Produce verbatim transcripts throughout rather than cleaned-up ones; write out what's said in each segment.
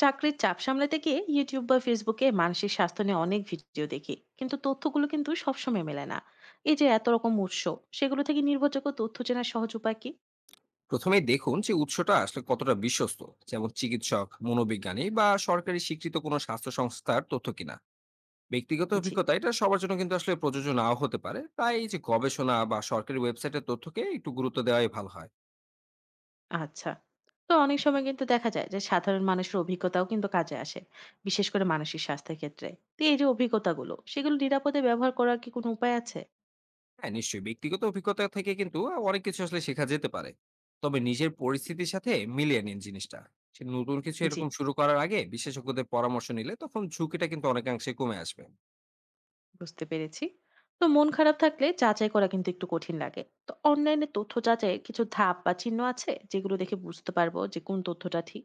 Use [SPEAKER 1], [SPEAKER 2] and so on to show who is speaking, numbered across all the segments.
[SPEAKER 1] চাকরির চাপ সামলাতে গিয়ে ইউটিউব বা ফেসবুকে মানসিক স্বাস্থ্য নিয়ে অনেক ভিডিও দেখি, কিন্তু তথ্যগুলো কিন্তু সবসময় মেলে না। এই যে এত রকম উৎস, সেগুলো থেকে নির্ভরযোগ্য তথ্য চেনার সহজ উপায় কি?
[SPEAKER 2] প্রথমে দেখুন যে উৎসটা আসলে কতটা বিশ্বস্ত। যেমন চিকিৎসক, মনোবিজ্ঞানী বা সরকারি স্বীকৃত কোনো স্বাস্থ্য সংস্থার তথ্য কিনা। ব্যক্তিগত
[SPEAKER 1] জি।
[SPEAKER 2] অভিজ্ঞতা এটা সবার জন্য কিন্তু আসলে প্রযোজ্য নাও হতে পারে, তাই এই যে গবেষণা বা সরকারি ওয়েবসাইটের তথ্যকে একটু গুরুত্ব দেওয়াই ভালো হয়।
[SPEAKER 1] আচ্ছা, তো অনেক সময় কিন্তু দেখা যায় যে সাধারণ মানুষের অভিজ্ঞতাও কিন্তু কাজে আসে, বিশেষ করে মানসিক স্বাস্থ্যের ক্ষেত্রে। তো এই যে অভিজ্ঞতাগুলো, সেগুলো নিরাপদে ব্যবহার করার কি কোনো উপায় আছে?
[SPEAKER 2] হ্যাঁ, নিশ্চয়ই ব্যক্তিগত অভিজ্ঞতা থেকে কিন্তু অনেক কিছু আসলে শেখা যেতে পারে। তবে নিজের পরিস্থিতির সাথে মিলিয়ে নিন জিনিসটা। সে নতুন কিছু
[SPEAKER 1] জি,
[SPEAKER 2] এরকম শুরু করার আগে বিশেষজ্ঞদের পরামর্শ নিলে তখন ঝুঁকিটা কিন্তু অনেকাংশে কমে আসবে।
[SPEAKER 1] বুঝতে পেরেছি। তো মন খারাপ থাকলে যাচাই করা কিন্তু একটু কঠিন লাগে। তো অনলাইনে তথ্য যাচাইয়ের কিছু ধাপ বা চিহ্ন আছে, যেগুলো দেখে বুঝতে পারবো যে কোন তথ্যটা ঠিক?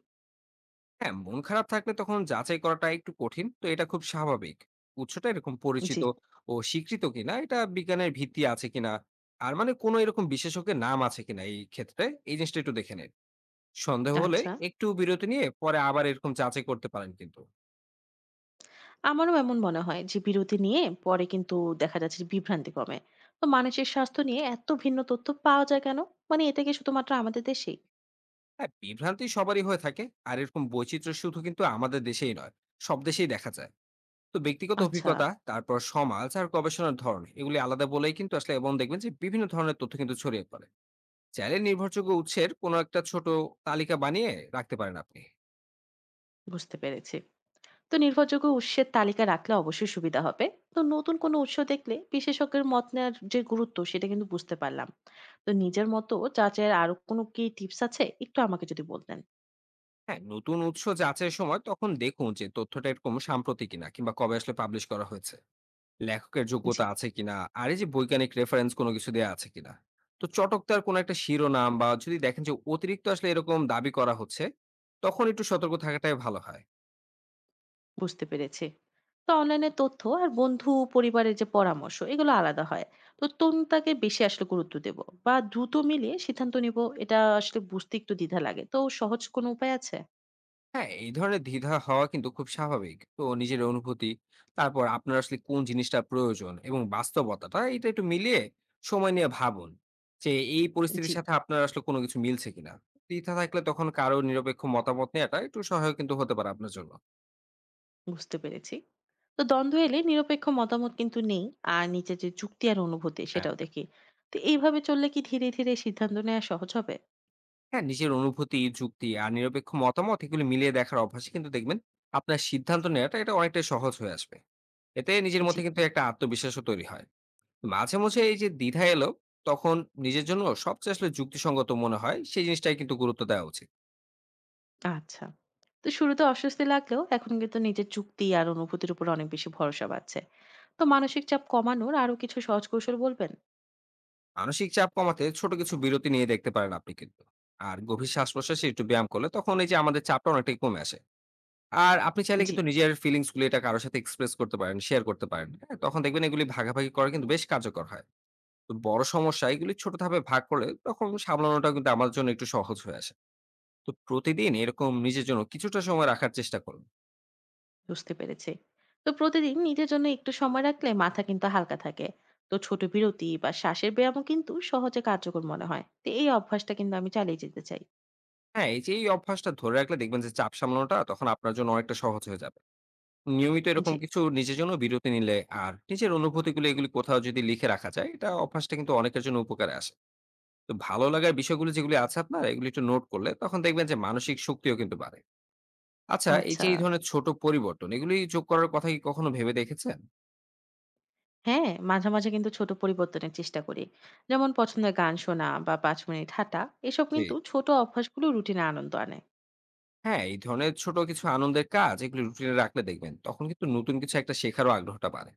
[SPEAKER 2] হ্যাঁ, মন খারাপ থাকলে তখন যাচাই করাটা একটু কঠিন। তো এটা খুব স্বাভাবিক। উৎসটা এরকম
[SPEAKER 1] জি।
[SPEAKER 2] পরিচিত ও স্বীকৃত কিনা, এটা বিজ্ঞানের ভিত্তি আছে কিনা, আর মানে কোনো এরকম বিশেষজ্ঞের নাম আছে কিনা এই ক্ষেত্রে, এই জিনিসটা একটু দেখে নিন। সন্দেহ হলে
[SPEAKER 1] আচ্ছা,
[SPEAKER 2] একটু বিরতি নিয়ে পরে আবার এরকম যাচাই করতে পারেন কিন্তু।
[SPEAKER 1] আমারও এমন মনে হয় যে বিরতি নিয়ে পরে কিন্তু দেখা যাচ্ছে যে বিভ্রান্তি কমে। তো মানুষের স্বাস্থ্য নিয়ে এত ভিন্ন তথ্য পাওয়া যায় কেন? মানে এটা কি শুধুমাত্র আমাদের দেশেই?
[SPEAKER 2] হ্যাঁ, বিভ্রান্তি সবারই হয়ে থাকে। আর এরকম বৈচিত্র্য শুধু কিন্তু আমাদের দেশেই নয়, সব দেশেই দেখা যায়। তো ব্যক্তিগত
[SPEAKER 1] আচ্ছা,
[SPEAKER 2] অভিজ্ঞতা, তারপর সমাজ আর গবেষণার ধরন, এগুলি আলাদা বলেই কিন্তু আসলে এবং দেখবেন যে বিভিন্ন ধরনের তথ্য কিন্তু ছড়িয়ে পড়ে। চাইলে নির্ভরযোগ্য উৎসের কোনো একটা ছোট তালিকা বানিয়ে রাখতে পারেন আপনি।
[SPEAKER 1] বুঝতে পেরেছি। তো নির্ভরযোগ্য উৎসের তালিকা রাখলে অবশ্যই সুবিধা হবে। তো নতুন কোনো উৎস দেখলে বিশেষজ্ঞের মত নেওয়ার যে গুরুত্ব সেটা কিন্তু বুঝতে পারলাম। তো নিজের মতো যাচাইয়ের আরো কোনো কি টিপস আছে, একটু আমাকে যদি বলতেন?
[SPEAKER 2] হ্যাঁ, নতুন উৎস যাচাইয়ের সময় তখন দেখুন যে তথ্যটা এরকম সাম্প্রতিক কিনা কিংবা কবে আসলে পাবলিশ করা হয়েছে, লেখকের
[SPEAKER 1] জি।
[SPEAKER 2] যোগ্যতা আছে কিনা, আর এই যে বৈজ্ঞানিক রেফারেন্স কোনো কিছু দেওয়া আছে কিনা। তো চটকদার কোনো একটা শিরোনাম বা যদি দেখেন যে অতিরিক্ত আসলে এরকম দাবি করা হচ্ছে, তখন একটু সতর্ক থাকাটাই ভালো হয়।
[SPEAKER 1] বুঝতে পেরেছি। তো অনলাইনে তথ্য আর বন্ধু পরিবারের যে পরামর্শ, এগুলো আলাদা হয়। তো কোনটাকে বেশি আসলে গুরুত্ব দেব বা দ্রুত মিলিয়ে সিদ্ধান্ত নিব, এটা আসলে বুঝতে একটু দ্বিধা লাগে। তো সহজ কোনো উপায় আছে?
[SPEAKER 2] হ্যাঁ, এই ধরনের দ্বিধা হওয়া কিন্তু খুব স্বাভাবিক। তো নিজের অনুভূতি, তারপর আপনার আসলে কোন জিনিসটা প্রয়োজন এবং বাস্তবতাটা, এটা একটু মিলিয়ে সময় নিয়ে ভাবুন। যে এই
[SPEAKER 1] জি,
[SPEAKER 2] পরিস্থিতির সাথে আপনার আসলে কোনো কিছু মিলছে কিনা। দ্বিধা থাকলে তখন কারো নিরপেক্ষ মতামত নেওয়াটা একটু সহায়ক কিন্তু হতে পারে আপনার জন্য।
[SPEAKER 1] বুঝতে পেরেছি। তো দ্বন্দ্ব এলে নিরপেক্ষ মতামত কিন্তু নেই, আর নিচে যে যুক্তি আর অনুভূতি
[SPEAKER 2] হ্যাঁ।
[SPEAKER 1] সেটাও দেখি। তো এইভাবে চললে কি ধীরে ধীরে সিদ্ধান্ত নেওয়া সহজ হবে?
[SPEAKER 2] হ্যাঁ, নিজের অনুভূতি, যুক্তি আর নিরপেক্ষ মতামত এগুলো মিলিয়ে দেখার অভ্যাসে কিন্তু দেখবেন আপনার সিদ্ধান্ত নেওয়াটা এটা অনেকটাই সহজ হয়ে আসবে। এতে নিজের
[SPEAKER 1] জি।
[SPEAKER 2] মধ্যে কিন্তু একটা আত্মবিশ্বাসও তৈরি হয়। মাঝে, মাঝে এই যে দ্বিধা এলো, তখন নিজের জন্য সবচেয়ে আসলে যুক্তিসঙ্গত মনে হয় সেই জিনিসটাই কিন্তু গুরুত্ব দেওয়া উচিত।
[SPEAKER 1] আচ্ছা, তো শুরুতে অস্বস্তি লাগলেও এখন কিন্তু নিজের যুক্তি আর অনুভূতির উপর অনেক বেশি ভরসা পাচ্ছে। তো মানসিক চাপ কমানোর আরো কিছু সহজ কৌশল বলবেন?
[SPEAKER 2] মানসিক চাপ কমাতে ছোট কিছু বিরতি নিয়ে দেখতে পারেন আপনি কিন্তু। আর গভীর শ্বাস-প্রশ্বাসে একটু ব্যায়াম করলে তখন এই যে আমাদের চাপটা অনেকটাই কমে আসে। আর আপনি চাইলে
[SPEAKER 1] জি,
[SPEAKER 2] কিন্তু নিজের ফিলিংস গুলো এটা কারো সাথে এক্সপ্রেস করতে পারেন, শেয়ার করতে পারেন। হ্যাঁ? তখন দেখবেন এগুলি ভাগাভাগি করা কিন্তু বেশ কার্যকর হয়। তো বড় সমস্যা এগুলি ছোট ধাপে ভাগ করলে তখন সামলানোটা কিন্তু আমার জন্য একটু সহজ হয়ে আসে। তো প্রতিদিন এরকম নিজের জন্য কিছুটা সময় রাখার চেষ্টা করুন।
[SPEAKER 1] বুঝতে পেরেছি। তো প্রতিদিন নিজের জন্য একটু সময় রাখলে মাথা কিন্তু হালকা থাকে। তো ছোট বিরতি বা শ্বাসের ব্যায়ামও কিন্তু সহজে কার্যকর মনে হয়। তো এই অভ্যাসটা কিন্তু আমি চালিয়ে যেতে চাই।
[SPEAKER 2] হ্যাঁ, এই যে এই অভ্যাসটা ধরে রাখলে দেখবেন যে চাপ সামলানোটা তখন আপনার জন্য অনেকটা সহজ হয়ে যাবে। নিয়মিত এরকম
[SPEAKER 1] জি।
[SPEAKER 2] কিছু নিজের জন্য বিরতি নিলে আর নিজের অনুভূতিগুলো এগুলি কোথাও যদি লিখে রাখা যায়, এটা অভ্যাসটা কিন্তু অনেকের জন্য উপকারে আসে। তো ভালো লাগার বিষয়গুলো যেগুলি আছে আপনার, এগুলি একটু নোট করলে তখন দেখবেন যে মানসিক শক্তিও কিন্তু বাড়ে। আচ্ছা, এই যে
[SPEAKER 1] আচ্ছা,
[SPEAKER 2] এই ধরনের ছোট পরিবর্তন এগুলি যোগ করার কথা কি কখনো ভেবে দেখেছেন?
[SPEAKER 1] হ্যাঁ, মাঝে মাঝে কিন্তু ছোট পরিবর্তনের চেষ্টা করি। যেমন পছন্দের গান শোনা বা পাঁচ মিনিট হাঁটা। এসব
[SPEAKER 2] জি।
[SPEAKER 1] কিন্তু ছোট অভ্যাসগুলো রুটিনে আনন্দ আনে।
[SPEAKER 2] হ্যাঁ, এই ধরনের ছোট কিছু আনন্দের কাজ এগুলি রুটিনে রাখলে দেখবেন তখন কিন্তু নতুন কিছু একটা শেখারও আগ্রহটা বাড়ে।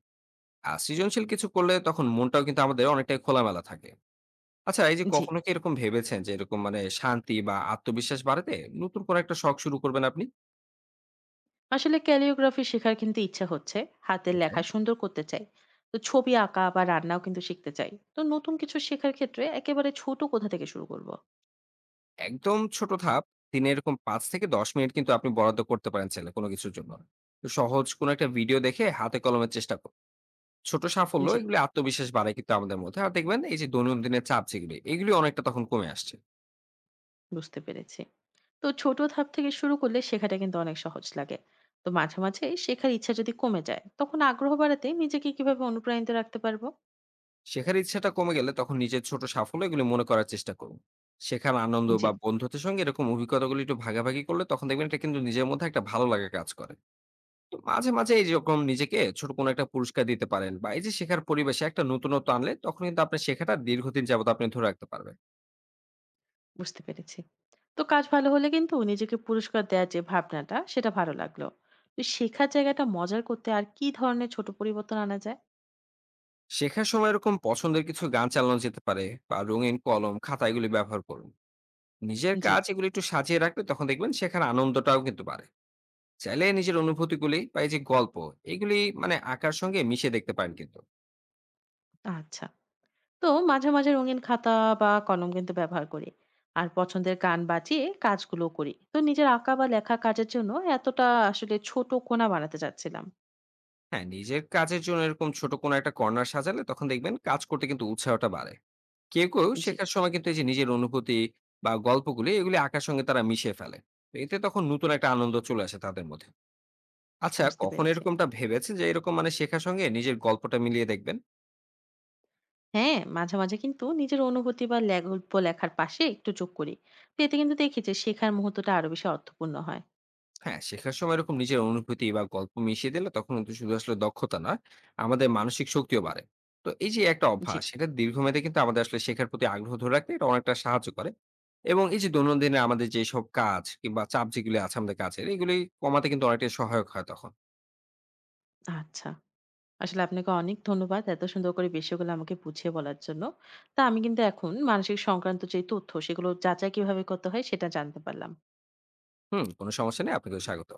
[SPEAKER 2] আর সৃজনশীল কিছু করলে তখন মনটাও কিন্তু আমাদের অনেকটাই খোলামেলা থাকে। আচ্ছা, এই যে
[SPEAKER 1] জি।
[SPEAKER 2] কখনো কি এরকম ভেবেছেন যে এরকম মানে শান্তি বা আত্মবিশ্বাস বাড়াতে নতুন কোনো একটা শখ শুরু করবেন আপনি?
[SPEAKER 1] আসলে ক্যালিওগ্রাফি শেখার কিন্তু ইচ্ছা হচ্ছে, হাতের
[SPEAKER 2] ওকে।
[SPEAKER 1] লেখা সুন্দর করতে চাই। তো ছবি আঁকা বা রান্নাও কিন্তু শিখতে চাই। তো নতুন কিছু শেখার ক্ষেত্রে একেবারে ছোট কোথা থেকে শুরু করব?
[SPEAKER 2] একদম ছোট ধাপ। দিনে এরকম পাঁচ থেকে দশ মিনিট কিন্তু আপনি বরাদ্দ করতে পারেন চাইলে কোনো কিছুর জন্য। তো সহজ কোনো একটা ভিডিও দেখে হাতে কলমের চেষ্টা করুন। ছোট সাফল্য
[SPEAKER 1] জি,
[SPEAKER 2] এগুলি আত্মবিশ্বাস বাড়ায় কিন্তু আমাদের মধ্যে। আর দেখবেন এই যে দৈনন্দিনের চাপ যেগুলি, এগুলি অনেকটা তখন কমে আসছে।
[SPEAKER 1] বুঝতে পেরেছি। তো ছোট ধাপ থেকে শুরু করলে শেখাটা কিন্তু অনেক সহজ লাগে। তো মাঝে মাঝে শেখার ইচ্ছা যদি কমে যায় তখন আগ্রহ বাড়াতে নিজেকে কিভাবে অনুপ্রাণিত রাখতে পারবো?
[SPEAKER 2] শেখার ইচ্ছাটা কমে গেলে তখন নিজের ছোট সাফল্য এগুলি মনে করার চেষ্টা করুন। শেখার আনন্দ
[SPEAKER 1] জি,
[SPEAKER 2] বা বন্ধুত্বের সঙ্গে এরকম অভিজ্ঞতাগুলি একটু ভাগাভাগি করলে তখন দেখবেন এটা কিন্তু নিজের মধ্যে একটা ভালো লাগা কাজ করে। তো মাঝে, মাঝে এইরকম নিজেকে ছোট কোনো একটা পুরস্কার দিতে পারেন বা এই যে শেখার পরিবেশে একটা নতুনত্ব আনলে তখন কিন্তু আপনার শেখাটা দীর্ঘদিন যাবত আপনি ধরে রাখতে পারবেন।
[SPEAKER 1] বুঝতে পেরেছি। তো কাজ ভালো হলে কিন্তু নিজেকে পুরস্কার দেওয়ার যে ভাবনাটা, সেটা ভালো লাগলো। তো শেখার জায়গাটা মজার করতে আর কি ধরনের ছোট পরিবর্তন আনা যায়?
[SPEAKER 2] শেখার সময় এরকম পছন্দের কিছু গান চালানো যেতে পারে বা রঙিন কলম, খাতা এগুলি ব্যবহার করুন। নিজের
[SPEAKER 1] জি।
[SPEAKER 2] কাজ এগুলি একটু সাজিয়ে রাখলে তখন দেখবেন শেখার আনন্দটাও কিন্তু বাড়ে। চাইলে নিজের অনুভূতিগুলি বা এই যে গল্প এগুলি মানে আঁকার সঙ্গে মিশিয়ে দেখতে পারেন কিন্তু।
[SPEAKER 1] আচ্ছা, তো মাঝে মাঝে রঙিন খাতা বা কলম কিন্তু ব্যবহার করি, আর পছন্দের গান বাজিয়ে কাজগুলো করি। তো নিজের আঁকা বা লেখা কাজের জন্য এতটা আসলে ছোট কোণা বানাতে চাচ্ছিলাম।
[SPEAKER 2] হ্যাঁ, নিজের কাজের জন্য এরকম ছোট কোনো একটা কর্নার সাজালে তখন দেখবেন কাজ করতে কিন্তু উৎসাহটা বাড়ে। কেউ, কেউ
[SPEAKER 1] জি,
[SPEAKER 2] শেখার সময় কিন্তু এই যে নিজের অনুভূতি বা গল্পগুলি এগুলি আঁকার সঙ্গে তারা মিশিয়ে ফেলে। তো এতে তখন নতুন একটা আনন্দ চলে আসে তাদের মধ্যে। আচ্ছা,
[SPEAKER 1] বুঝতে
[SPEAKER 2] কখনো
[SPEAKER 1] পেরেছি।
[SPEAKER 2] এরকমটা ভেবেছেন যে এরকম মানে শেখার সঙ্গে নিজের গল্পটা মিলিয়ে দেখবেন?
[SPEAKER 1] হ্যাঁ, মাঝে মাঝে কিন্তু নিজের অনুভূতি বা গল্প লেখার পাশে একটু যোগ করি। তো এতে কিন্তু দেখি যে শেখার মুহূর্তটা আরো বেশি অর্থপূর্ণ হয়।
[SPEAKER 2] হ্যাঁ, শেখার সময় এরকম নিজের অনুভূতি বা গল্প মিশিয়ে দিলে তখন কিন্তু শুধু আসলে দক্ষতা না, আমাদের মানসিক শক্তিও বাড়ে। তো এই যে একটা
[SPEAKER 1] জি।
[SPEAKER 2] অভ্যাস এটা দীর্ঘমেয়াদে কিন্তু আমাদের আসলে শেখার প্রতি আগ্রহ ধরে রাখতে এটা অনেকটা সাহায্য করে। এবং এই যে দৈনন্দিন আমাদের যেসব কাজ কিংবা চাপ যেগুলি আছে আমাদের কাজের এগুলি কমাতে কিন্তু অনেকটাই সহায়ক হয় তখন।
[SPEAKER 1] আচ্ছা, আসলে আপনাকে অনেক ধন্যবাদ এত সুন্দর করে বিষয়গুলো আমাকে বুঝিয়ে বলার জন্য। তা আমি কিন্তু এখন মানসিক সংক্রান্ত যে তথ্য সেগুলো যাচাই কিভাবে করতে হয় সেটা জানতে পারলাম।
[SPEAKER 2] হুম, কোনো সমস্যা নেই। আপনাকেও স্বাগত।